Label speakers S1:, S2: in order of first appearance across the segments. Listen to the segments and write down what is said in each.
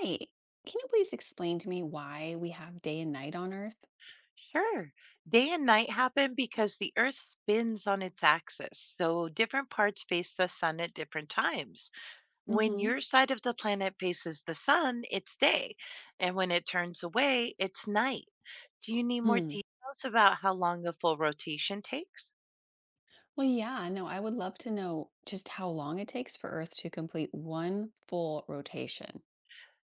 S1: Hi. Can you please explain to me why we have day and night on Earth?
S2: Sure. Day and night happen because the Earth spins on its axis, so different parts face the sun at different times. When
S1: Mm-hmm.
S2: your side of the planet faces the sun, it's day, and when it turns away, it's night. Do you need more
S1: Hmm.
S2: details about how long a full rotation takes?
S1: Well, yeah, no, I would love to know just how long it takes for Earth to complete one full rotation.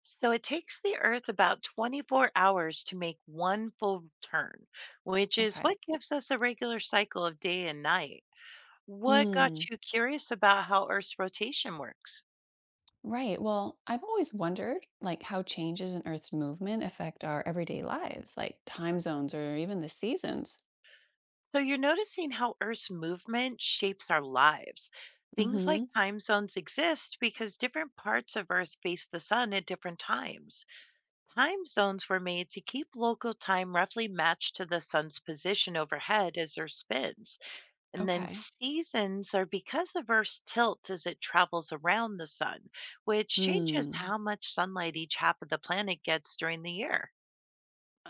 S2: So it takes the Earth about 24 hours to make one full turn, which is
S1: Okay.
S2: what gives us a regular cycle of day and night. What
S1: Hmm.
S2: got you curious about how Earth's rotation works?
S1: Right. Well, I've always wondered like how changes in Earth's movement affect our everyday lives, like time zones or even the seasons.
S2: So you're noticing how Earth's movement shapes our lives. Things like
S1: Mm-hmm.
S2: time zones exist because different parts of Earth face the sun at different times. Time zones were made to keep local time roughly matched to the sun's position overhead as Earth spins. And then
S1: Okay.
S2: seasons are because of Earth's tilt as it travels around the sun, which changes
S1: Hmm.
S2: how much sunlight each half of the planet gets during the year.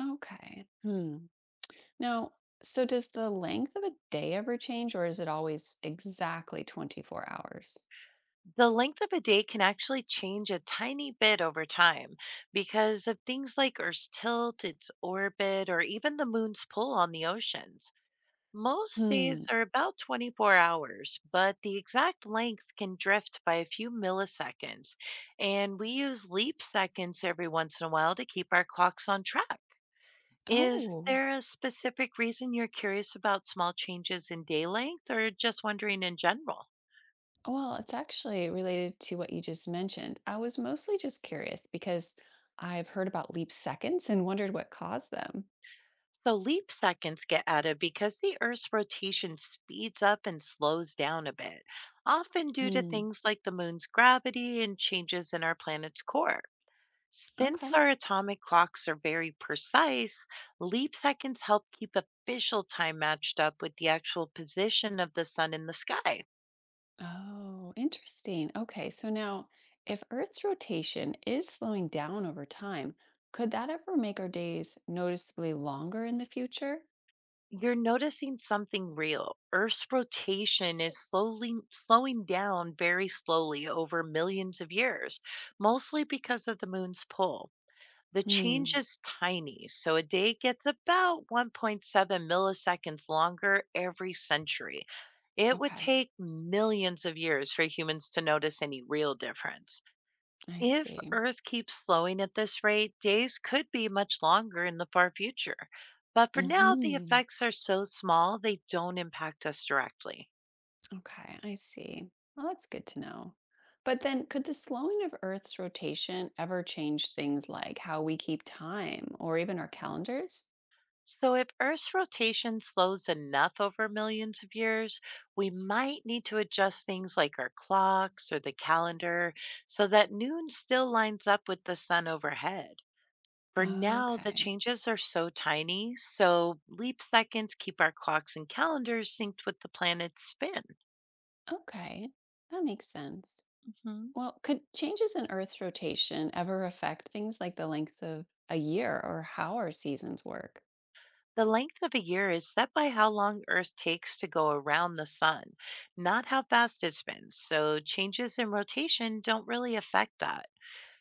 S1: Okay. Hmm. Now, so does the length of a day ever change, or is it always exactly 24 hours?
S2: The length of a day can actually change a tiny bit over time because of things like Earth's tilt, its orbit, or even the moon's pull on the oceans. Most days
S1: Hmm.
S2: are about 24 hours, but the exact length can drift by a few milliseconds. And we use leap seconds every once in a while to keep our clocks on track. Is
S1: Oh,
S2: there a specific reason you're curious about small changes in day length or just wondering in general?
S1: well, it's actually related to what you just mentioned. I was mostly just curious because I've heard about leap seconds and wondered what caused them.
S2: So leap seconds get added because the Earth's rotation speeds up and slows down a bit, often due to
S1: Hmm.
S2: things like the moon's gravity and changes in our planet's core. Since
S1: Okay.
S2: our atomic clocks are very precise, leap seconds help keep official time matched up with the actual position of the sun in the sky.
S1: Oh, interesting. Okay. So now, if Earth's rotation is slowing down over time, could that ever make our days noticeably longer in the future?
S2: You're noticing something real. Earth's rotation is slowly slowing down, very slowly over millions of years, mostly because of the moon's pull. The change
S1: Hmm.
S2: is tiny, so a day gets about 1.7 milliseconds longer every century. It would
S1: Okay.
S2: take millions of years for humans to notice any real difference.
S1: I
S2: If
S1: see.
S2: Earth keeps slowing at this rate, days could be much longer in the far future. But for now, the
S1: Hmm.
S2: effects are so small they don't impact us directly.
S1: Okay, I see. Well, that's good to know. But then, could the slowing of Earth's rotation ever change things like how we keep time or even our calendars?
S2: So, if Earth's rotation slows enough over millions of years, we might need to adjust things like our clocks or the calendar so that noon still lines up with the sun overhead. For now, the
S1: Okay,
S2: changes are so tiny, so leap seconds keep our clocks and calendars synced with the planet's spin.
S1: okay, that makes sense.
S2: Mhm.
S1: Well, could changes in Earth's rotation ever affect things like the length of a year or how our seasons work?
S2: The length of a year is set by how long Earth takes to go around the sun, not how fast it spins. So changes in rotation don't really affect that.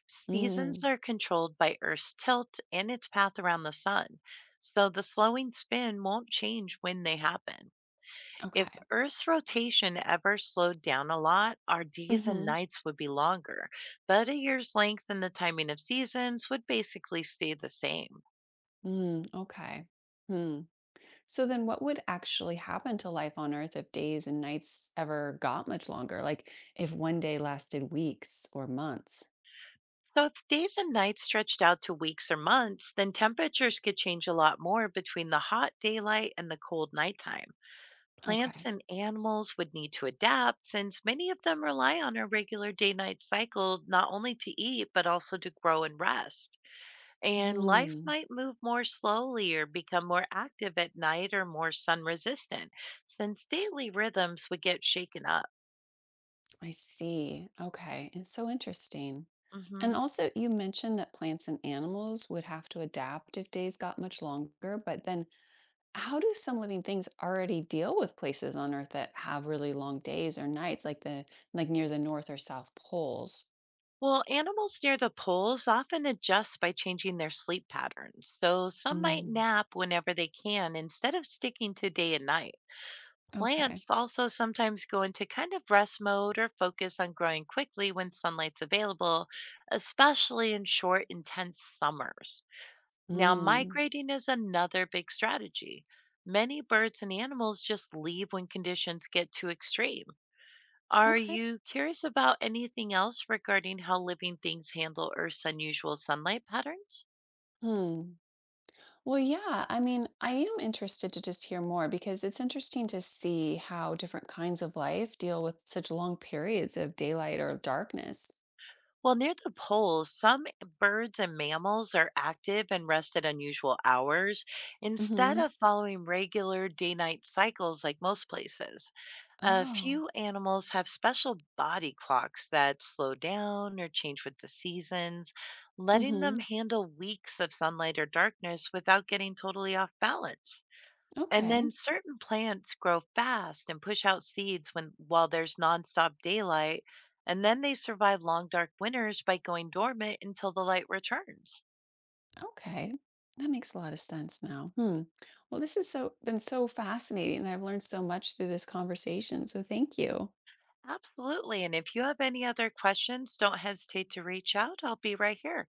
S2: Seasons
S1: Mm,
S2: are controlled by Earth's tilt and its path around the sun. So the slowing spin won't change when they happen. If
S1: okay.
S2: Earth's rotation ever slowed down a lot, our days and
S1: Mm-hmm.
S2: nights would be longer, but a year's length and the timing of seasons would basically stay the same.
S1: Mm, okay. Hmm. So then what would actually happen to life on Earth if days and nights ever got much longer? Like if one day lasted weeks or months?
S2: So, if days and nights stretched out to weeks or months, then temperatures could change a lot more between the hot daylight and the cold nighttime.
S1: Okay.
S2: Plants and animals would need to adapt since many of them rely on a regular day night cycle not only to eat, but also to grow and rest. And life
S1: Hmm.
S2: might move more slowly or become more active at night or more sun resistant since daily rhythms would get shaken up.
S1: I see. Okay. It's so interesting.
S2: Hmm.
S1: And also, you mentioned that plants and animals would have to adapt if days got much longer. But then, how do some living things already deal with places on Earth that have really long days or nights, like the like near the North or South poles?
S2: Well, animals near the poles often adjust by changing their sleep patterns. So some might
S1: Mm,
S2: nap whenever they can instead of sticking to day and night.
S1: okay.
S2: Plants also sometimes go into kind of rest mode or focus on growing quickly when sunlight's available, especially in short, intense summers. Now,
S1: Mm,
S2: migrating is another big strategy. Many birds and animals just leave when conditions get too extreme. Are
S1: okay.
S2: you curious about anything else regarding how living things handle Earth's unusual sunlight patterns?
S1: Hmm. Well, yeah. I mean, I am interested to just hear more because it's interesting to see how different kinds of life deal with such long periods of daylight or darkness.
S2: Well, near the poles, some birds and mammals are active and rest at unusual hours instead
S1: Mm-hmm.
S2: of following regular day night cycles like most places. A
S1: Oh.
S2: few animals have special body clocks that slow down or change with the seasons, letting them
S1: Mm-hmm.
S2: handle weeks of sunlight or darkness without getting totally off balance. And then
S1: Okay.
S2: certain plants grow fast and push out seeds when while there's nonstop daylight, and then they survive long dark winters by going dormant until the light returns.
S1: Okay. That makes a lot of sense now. Hmm. Well, this has been so fascinating, and I've learned so much through this conversation. So thank you.
S2: Absolutely. And if you have any other questions, don't hesitate to reach out. I'll be right here.